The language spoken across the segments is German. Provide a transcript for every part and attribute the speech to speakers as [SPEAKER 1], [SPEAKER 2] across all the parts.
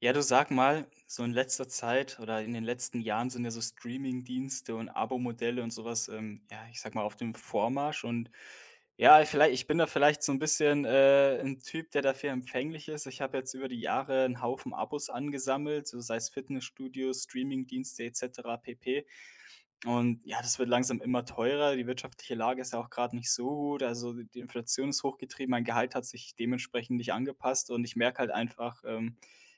[SPEAKER 1] Ja, du sag mal, so in letzter Zeit oder in den letzten Jahren sind ja so Streaming-Dienste und Abo-Modelle und sowas, ja, ich sag mal, auf dem Vormarsch. Und ja, vielleicht ich bin da vielleicht so ein bisschen, 'n Typ, der dafür empfänglich ist. Ich habe jetzt über die Jahre einen Haufen Abos angesammelt, so sei es Fitnessstudios, Streamingdienste et cetera pp. Und ja, das wird langsam immer teurer. Die wirtschaftliche Lage ist ja auch gerade nicht so gut. Also, die Inflation ist hochgetrieben. Mein Gehalt hat sich dementsprechend nicht angepasst und ich merke halt einfach,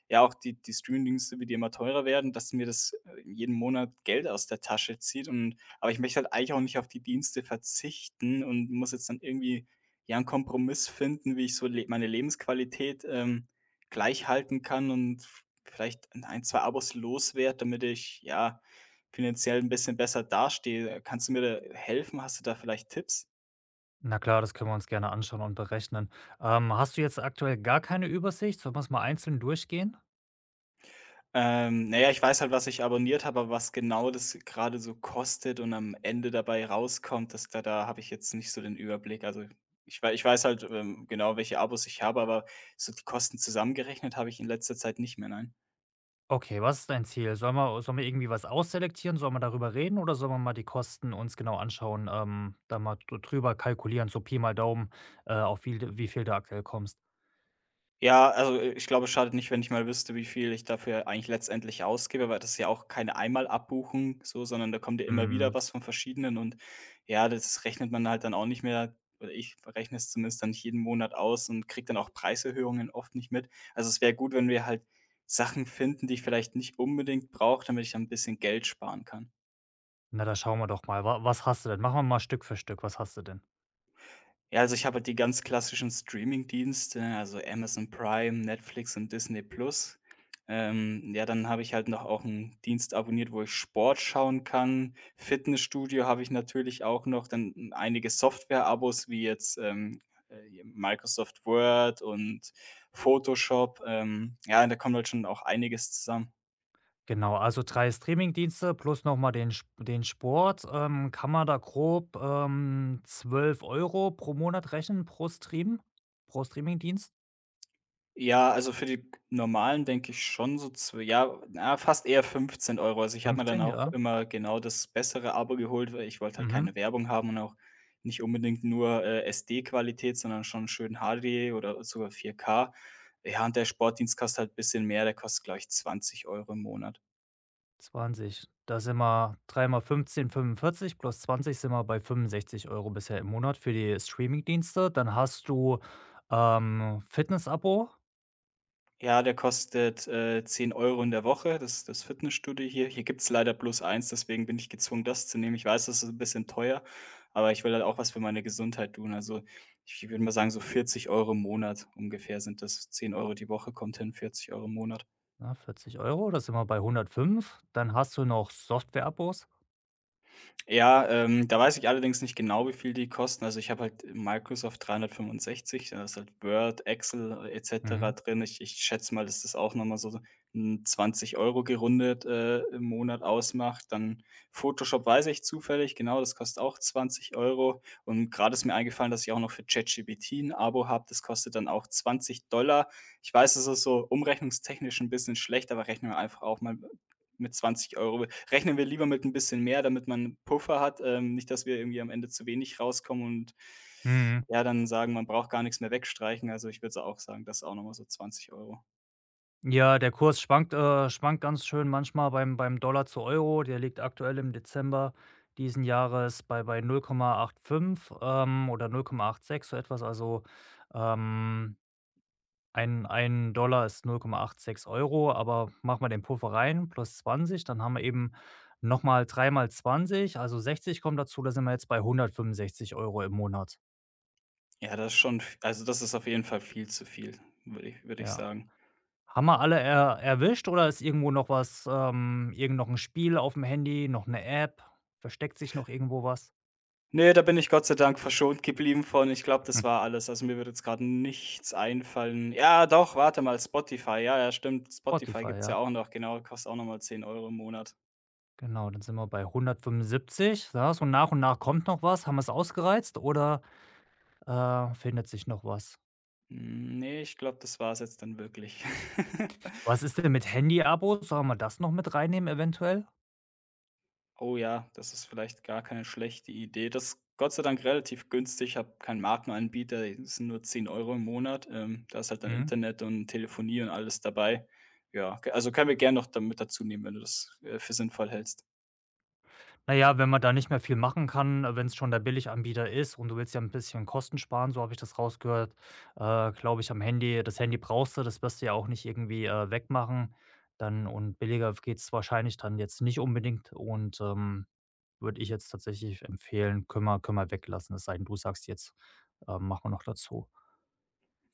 [SPEAKER 1] ja, auch die Streamingdienste, wie die immer teurer werden, dass mir das, jeden Monat Geld aus der Tasche zieht. Und aber ich möchte halt eigentlich auch nicht auf die Dienste verzichten und muss jetzt dann irgendwie, ja, einen Kompromiss finden, wie ich so le meine Lebensqualität, gleich halten kann und vielleicht ein 2 Abos loswerde, damit ich, ja, finanziell ein bisschen besser dastehe. Kannst du mir da helfen? Hast du da vielleicht Tipps?
[SPEAKER 2] Na klar, das können wir uns gerne anschauen und berechnen. Hast du jetzt aktuell gar keine Übersicht? Sollen wir es mal einzeln durchgehen?
[SPEAKER 1] Na ja, ich weiß halt, was ich abonniert habe, aber was genau das gerade so kostet und am Ende dabei rauskommt, das da habe ich jetzt nicht so den Überblick. Also, ich weiß halt, genau, welche Abos ich habe, aber so die Kosten zusammengerechnet habe ich in letzter Zeit nicht mehr, nein.
[SPEAKER 2] Okay, was ist dein Ziel? Sollen wir irgendwie was ausselektieren? Sollen wir darüber reden oder sollen wir mal die Kosten uns genau anschauen, da mal drüber kalkulieren, so Pi mal Daumen, auf wie viel du aktuell kommst?
[SPEAKER 1] Ja, also, ich glaube, es schadet nicht, wenn ich mal wüsste, wie viel ich dafür eigentlich letztendlich ausgebe, weil das ist ja auch keine einmal so, sondern da kommt ja immer wieder
[SPEAKER 2] Hm,
[SPEAKER 1] was von verschiedenen. Und ja, das rechnet man halt dann auch nicht mehr oder ich rechne es zumindest dann nicht jeden Monat aus und kriege dann auch Preiserhöhungen oft nicht mit. Also, es wäre gut, wenn wir halt Sachen finden, die ich vielleicht nicht unbedingt brauche, damit ich dann ein bisschen Geld sparen kann.
[SPEAKER 2] na, da schauen wir doch mal. Wa Was hast du denn? Machen wir mal Stück für Stück. Was hast du denn?
[SPEAKER 1] Ja, also ich habe halt die ganz klassischen Streaming-Dienste, ne, also Amazon Prime, Netflix und Disney Plus. Ja, dann habe ich halt noch auch einen Dienst abonniert, wo ich Sport schauen kann. Fitnessstudio habe ich natürlich auch noch, dann einige Software-Abos wie jetzt, hier Microsoft Word und Photoshop. Ja, da kommt halt schon auch einiges zusammen.
[SPEAKER 2] Genau, also 3 Streamingdienste plus noch mal den Sport. Kann man da grob, 12 € pro Monat rechnen pro Streamingdienst?
[SPEAKER 1] Ja, also für die normalen denke ich schon so zw ja, na, fast eher 15 Euro. Also, ich habe mir dann
[SPEAKER 2] 15,
[SPEAKER 1] auch
[SPEAKER 2] ja.
[SPEAKER 1] immer genau das bessere Abo geholt, weil ich wollte halt
[SPEAKER 2] Mhm.
[SPEAKER 1] keine Werbung haben und auch nicht unbedingt nur, SD-Qualität, sondern schon schön HD oder sogar 4K. Ja, und der Sportdienst kostet halt ein bisschen mehr, der kostet, glaube ich, 20 € im Monat.
[SPEAKER 2] 20. Da sind wir 3 mal 15, 45, plus 20 sind wir bei 65 € bisher im Monat für die Streamingdienste. Dann hast du, Fitnessabo,
[SPEAKER 1] Ja, der kostet, 10 € in der Woche, das Fitnessstudio hier. Hier gibt's leider bloß eins. Deswegen bin ich gezwungen, das zu nehmen. Ich weiß, das ist ein bisschen teuer, aber ich will halt auch was für meine Gesundheit tun. Also, ich würde mal sagen, so 40 € im Monat ungefähr sind das. 10 Euro die Woche kommt hin, 40 € im Monat.
[SPEAKER 2] ne, 40 €, da sind wir bei 105. Dann hast du noch Softwareabos.
[SPEAKER 1] Ja, da weiß ich allerdings nicht genau, wie viel die kosten. Also, ich habe halt Microsoft 365, da ist halt Word, Excel et cetera
[SPEAKER 2] Mhm.
[SPEAKER 1] drin. Ich schätze mal, dass das auch noch mal so 'n 20 € gerundet, im Monat ausmacht. Dann Photoshop weiß ich zufällig, genau, das kostet auch 20 Euro. Und gerade ist mir eingefallen, dass ich auch noch für ChatGPT ein Abo habe. Das kostet dann auch $20. Ich weiß, das ist so umrechnungstechnisch ein bisschen schlecht, aber rechnen wir einfach auch mal mit 20 €. Rechnen wir lieber mit ein bisschen mehr, damit man 'n Puffer hat, nicht, dass wir irgendwie am Ende zu wenig rauskommen und
[SPEAKER 2] Mhm.
[SPEAKER 1] ja, dann sagen, man braucht gar nix mehr wegstreichen. Also, ich würde so auch sagen, das auch noch mal so 20 Euro.
[SPEAKER 2] Ja, der Kurs schwankt ganz schön manchmal beim Dollar zu Euro. Der liegt aktuell im Dezember diesen Jahres bei 0,85, oder 0,86, so etwas. Also, ähm, ein $1 ist 0,86 Euro. Aber mach mal den Puffer rein plus 20, dann haben wir eben noch mal 3 mal 20, also 60 kommt dazu, da sind wir jetzt bei 165 € im Monat,
[SPEAKER 1] Ja, das ist schon v also, das ist auf jeden Fall viel zu viel, würde ich
[SPEAKER 2] ja.
[SPEAKER 1] sagen.
[SPEAKER 2] Haben wir alle er erwischt, oder ist irgendwo noch was, irgend noch 'n Spiel aufm Handy, noch 'ne App? Versteckt sich noch irgendwo was?
[SPEAKER 1] Ne, da bin ich Gott sei Dank verschont geblieben von. Ich glaube, das
[SPEAKER 2] Mhm.
[SPEAKER 1] war alles. Also, mir würde jetzt grad nichts einfallen. Ja, doch, warte mal, Spotify. Ja, ja, stimmt. Spotify
[SPEAKER 2] Spotify,
[SPEAKER 1] gibt's ja
[SPEAKER 2] ja.
[SPEAKER 1] auch noch, genau, kostet auch noch mal 10 € im Monat.
[SPEAKER 2] Genau, dann sind wir bei 175. Ja, so nach und nach kommt noch was. Haben wir's ausgereizt, oder findet sich noch was?
[SPEAKER 1] Hm, ne, ich glaube, das war es jetzt dann wirklich.
[SPEAKER 2] Was ist denn mit Handyabos? Sollen wir das noch mit reinnehmen eventuell?
[SPEAKER 1] Oh ja, das ist vielleicht gar keine schlechte Idee. Das ist Gott sei Dank relativ günstig. Ich habe keinen Markenanbieter, es sind nur 10 € im Monat. Da ist halt dann
[SPEAKER 2] Mhm.
[SPEAKER 1] Internet und Telefonie und alles dabei. Ja, k also können wir gerne noch damit dazu nehmen, wenn du das, für sinnvoll hältst.
[SPEAKER 2] Na ja, wenn man da nicht mehr viel machen kann, wenn es schon der Billiganbieter ist und du willst ja ein bisschen Kosten sparen, so habe ich das rausgehört, glaube ich, am Handy das Handy brauchst du, das wirst du ja auch nicht irgendwie, wegmachen. Dann, und billiger w geht's wahrscheinlich dann jetzt nicht unbedingt, und würde ich jetzt tatsächlich empfehlen, können wir weglassen, es sei denn, du sagst jetzt, machen wir noch dazu.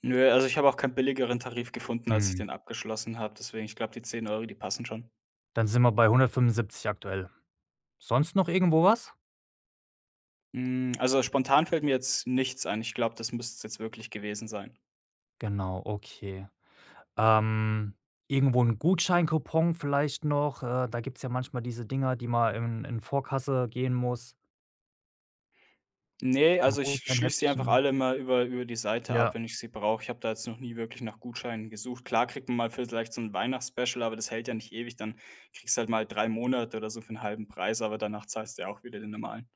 [SPEAKER 1] Nö, also ich habe auch keinen billigeren Tarif gefunden, als ich
[SPEAKER 2] Mhm.
[SPEAKER 1] den abgeschlossen habe. Deswegen, ich glaube, die 10 Euro, die passen schon.
[SPEAKER 2] Dann sind wir bei 175 aktuell. Sonst noch irgendwo was?
[SPEAKER 1] Hm, also spontan fällt mir jetzt nichts ein. Ich glaube, das müsste es jetzt wirklich gewesen sein.
[SPEAKER 2] Genau, okay. Ähm, Irgendwo 'n Gutscheinkupon vielleicht noch. Da gibt's ja manchmal diese Dinger, die man in Vorkasse gehen muss.
[SPEAKER 1] Nee,
[SPEAKER 2] So ein
[SPEAKER 1] also ich schließe die einfach alle
[SPEAKER 2] Gutscheinheftchen.
[SPEAKER 1] mal über die Seite ab,
[SPEAKER 2] Ja,
[SPEAKER 1] wenn ich sie brauche. Ich habe da jetzt noch nie wirklich nach Gutscheinen gesucht. Klar kriegt man mal vielleicht so ein Weihnachtsspecial, aber das hält ja nicht ewig. Dann kriegst du halt mal 3 Monate oder so für einen halben Preis, aber danach zahlst du ja auch wieder den normalen.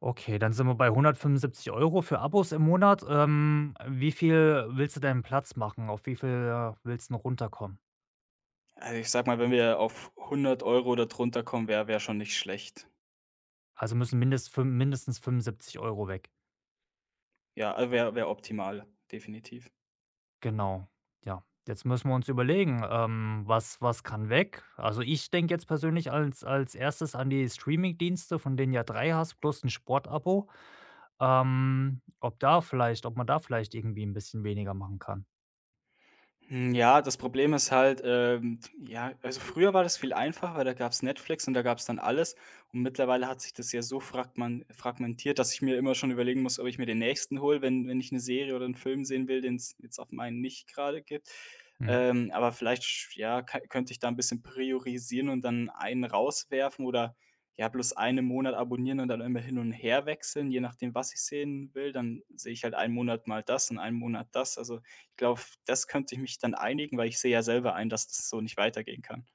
[SPEAKER 2] okay, dann sind wir bei 175 € für Abos im Monat. Wie viel willst du denn Platz machen? Auf wie viel, willst 'n runterkommen?
[SPEAKER 1] Also, ich sag mal, wenn wir auf 100 € oder drunter kommen, wäre schon nicht schlecht.
[SPEAKER 2] Also müssen mindestens 75 € weg.
[SPEAKER 1] Ja, wäre optimal, definitiv.
[SPEAKER 2] Genau, ja. Jetzt müssen wir uns überlegen, was kann weg? Also, ich denke jetzt persönlich als erstes an die Streaming-Dienste, von denen ja 3 hast, plus ein Sportabo. Ob man da vielleicht irgendwie ein bisschen weniger machen kann.
[SPEAKER 1] Hm, ja, das Problem ist halt, ja also früher war das viel einfacher, weil da gab's Netflix und da gab's dann alles. Und mittlerweile hat sich das ja so fragman fragmentiert, dass ich mir immer schon überlegen muss, ob ich mir den nächsten hole, wenn ich eine Serie oder einen Film sehen will, den es jetzt auf meinen nicht gerade gibt.
[SPEAKER 2] Mhm.
[SPEAKER 1] Aber vielleicht sch ja, ka könnte ich da ein bisschen priorisieren und dann einen rauswerfen oder, ja, bloß einen Monat abonnieren und dann immer hin und her wechseln, je nachdem, was ich sehen will. Dann sehe ich halt einen Monat mal das und einen Monat das. Also, ich glaube, das könnte ich mich dann einigen, weil ich sehe ja selber ein, dass das so nicht weitergehen kann.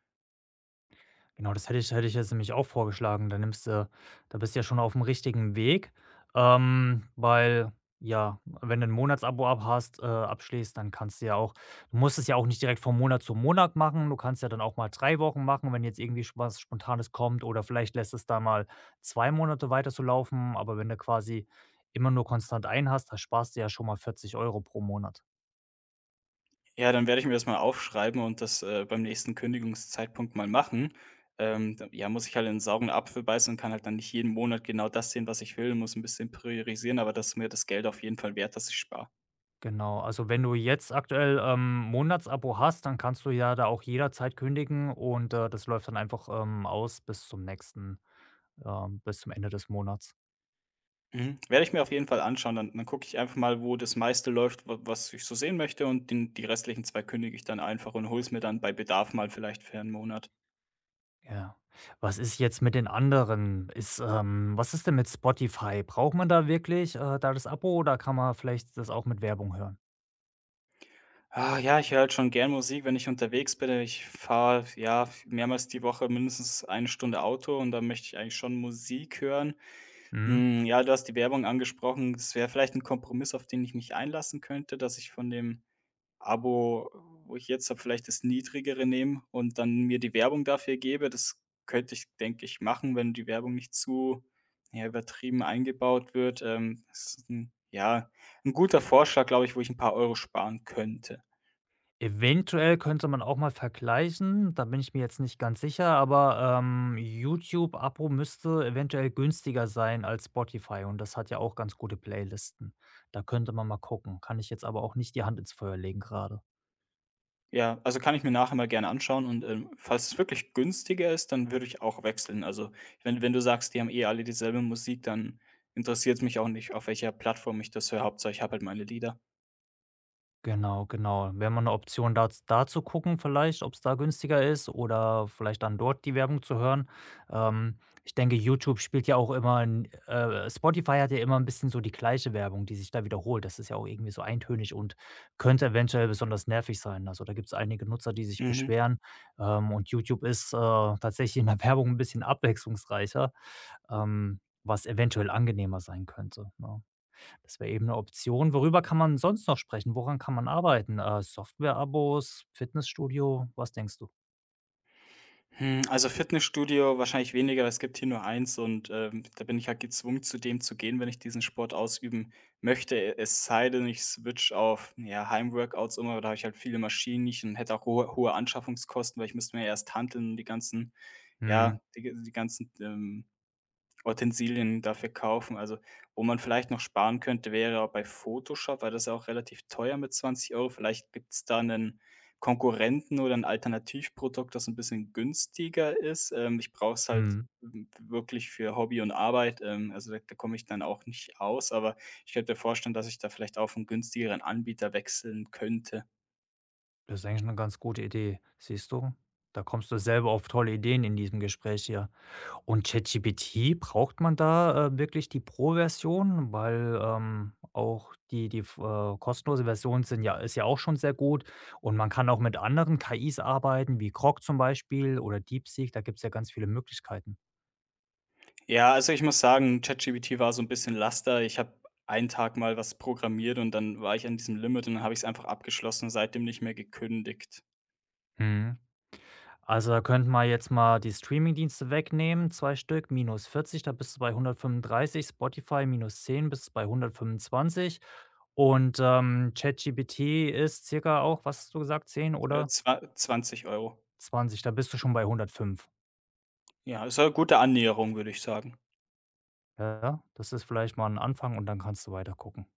[SPEAKER 2] Genau, das hätte ich jetzt nämlich auch vorgeschlagen. Da bist du ja schon auf dem richtigen Weg, weil, ja, wenn du ein Monatsabo ab hast abschließt, dann kannst du ja auch, du musst es ja auch nicht direkt von Monat zu Monat machen. Du kannst ja dann auch mal 3 Wochen machen, wenn jetzt irgendwie sp was Spontanes kommt, oder vielleicht lässt es da mal 2 Monate weiter so laufen, aber wenn du quasi immer nur konstant ein hast, da sparst du ja schon mal 40 € pro Monat.
[SPEAKER 1] Ja, dann werde ich mir das mal aufschreiben und das, beim nächsten Kündigungszeitpunkt mal machen. D ja, muss ich halt in 'n sauren Apfel beißen und kann halt dann nicht jeden Monat genau das sehen, was ich will, muss ein bisschen priorisieren, aber das ist mir das Geld auf jeden Fall wert, dass ich spare.
[SPEAKER 2] Genau, also wenn du jetzt aktuell, Monatsabo hast, dann kannst du ja da auch jederzeit kündigen und, das läuft dann einfach, aus bis zum Ende des Monats.
[SPEAKER 1] Mhm. Werde ich mir auf jeden Fall anschauen, dann gucke ich einfach mal, wo das meiste läuft, wa was ich so sehen möchte und den die restlichen 2 kündige ich dann einfach und hole es mir dann bei Bedarf mal vielleicht für einen Monat.
[SPEAKER 2] Ja. Was ist jetzt mit den anderen? Was ist denn mit Spotify? Braucht man da wirklich, da das Abo, oder kann man vielleicht das auch mit Werbung hören?
[SPEAKER 1] Ah, ja, ich höre halt schon gern Musik, wenn ich unterwegs bin. Ich fahre, ja, mehrmals die Woche mindestens 1 Stunde Auto und da möchte ich eigentlich schon Musik hören.
[SPEAKER 2] Mhm.
[SPEAKER 1] Hm, ja, du hast die Werbung angesprochen. Das wäre vielleicht ein Kompromiss, auf den ich mich einlassen könnte, dass ich von dem Abo, wo ich jetzt habe, vielleicht das niedrigere nehme und dann mir die Werbung dafür gebe. Das könnte ich, denke ich, machen, wenn die Werbung nicht zu, ja, übertrieben eingebaut wird. Das ist 'n ja, ein guter Vorschlag, glaube ich, wo ich ein paar Euro sparen könnte.
[SPEAKER 2] Eventuell könnte man auch mal vergleichen, da bin ich mir jetzt nicht ganz sicher, aber YouTube-Abo müsste eventuell günstiger sein als Spotify, und das hat ja auch ganz gute Playlisten. Da könnte man mal gucken, kann ich jetzt aber auch nicht die Hand ins Feuer legen gerade.
[SPEAKER 1] Ja, also kann ich mir nachher mal gerne anschauen und, falls es wirklich günstiger ist, dann würde ich auch wechseln. Also, wenn du sagst, die haben eh alle dieselbe Musik, dann interessiert es mich auch nicht, auf welcher Plattform ich das höre. Hauptsache, ich habe halt meine Lieder.
[SPEAKER 2] Genau, genau. Wäre mal eine Option, da zu gucken vielleicht, ob es da günstiger ist oder vielleicht dann dort die Werbung zu hören. Ähm, Ich denke, YouTube spielt ja auch immer 'n, Spotify hat ja immer ein bisschen so die gleiche Werbung, die sich da wiederholt. Das ist ja auch irgendwie so eintönig und könnte eventuell besonders nervig sein. Also, da gibt es einige Nutzer, die sich
[SPEAKER 1] Mhm.
[SPEAKER 2] beschweren, und YouTube ist, tatsächlich in der Werbung ein bisschen abwechslungsreicher, was eventuell angenehmer sein könnte, ne? Das wäre eben eine Option. Worüber kann man sonst noch sprechen? Woran kann man arbeiten? Software-Abos, Fitnessstudio, was denkst du?
[SPEAKER 1] Hm, also Fitnessstudio wahrscheinlich weniger. Es gibt hier nur eins und, da bin ich halt gezwungen, zu dem zu gehen, wenn ich diesen Sport ausüben möchte. Es sei denn, ich switch auf, ja, Heimworkouts um, aber da habe ich halt viele Maschinen nicht und hätte auch hohe Anschaffungskosten, weil ich müsste mir erst handeln und die ganzen
[SPEAKER 2] Mhm,
[SPEAKER 1] ja, die ganzen, Utensilien dafür kaufen. Also, wo man vielleicht noch sparen könnte, wäre auch bei Photoshop, weil das ist ja auch relativ teuer mit 20 Euro. Vielleicht gibt's da einen Konkurrenten oder ein Alternativprodukt, das ein bisschen günstiger ist. Ich brauche es halt
[SPEAKER 2] mhm.
[SPEAKER 1] w wirklich für Hobby und Arbeit, also da komme ich dann auch nicht aus, aber ich könnte mir vorstellen, dass ich da vielleicht auf einen günstigeren Anbieter wechseln könnte.
[SPEAKER 2] Das ist eigentlich eine ganz gute Idee. Siehst du? Da kommst du selber auf tolle Ideen in diesem Gespräch hier. Und ChatGPT, braucht man da wirklich die Pro-Version? Weil, auch die die v kostenlose Version sind ja ist ja auch schon sehr gut, und man kann auch mit anderen KIs arbeiten, wie Grok zum Beispiel oder DeepSeek, da gibt's ja ganz viele Möglichkeiten.
[SPEAKER 1] Ja, also ich muss sagen, ChatGPT war so ein bisschen Laster. Ich habe einen Tag mal was programmiert und dann war ich an diesem Limit und dann habe ich es einfach abgeschlossen und seitdem nicht mehr gekündigt.
[SPEAKER 2] Mhm. Also, da könnten wir jetzt mal die Streamingdienste wegnehmen, 2 Stück, minus 40, da bist du bei 135, Spotify minus 10 bist du bei 125, und ChatGPT ist circa auch, was hast du gesagt, 10 oder
[SPEAKER 1] Zwa 20 €.
[SPEAKER 2] 20, da bist du schon bei 105.
[SPEAKER 1] Ja, ist eine gute Annäherung, würde ich sagen.
[SPEAKER 2] Ja, das ist vielleicht mal ein Anfang, und dann kannst du weiter gucken.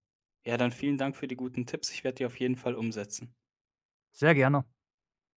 [SPEAKER 1] Ja, dann vielen Dank für die guten Tipps. Ich werde die auf jeden Fall umsetzen.
[SPEAKER 2] Sehr gerne.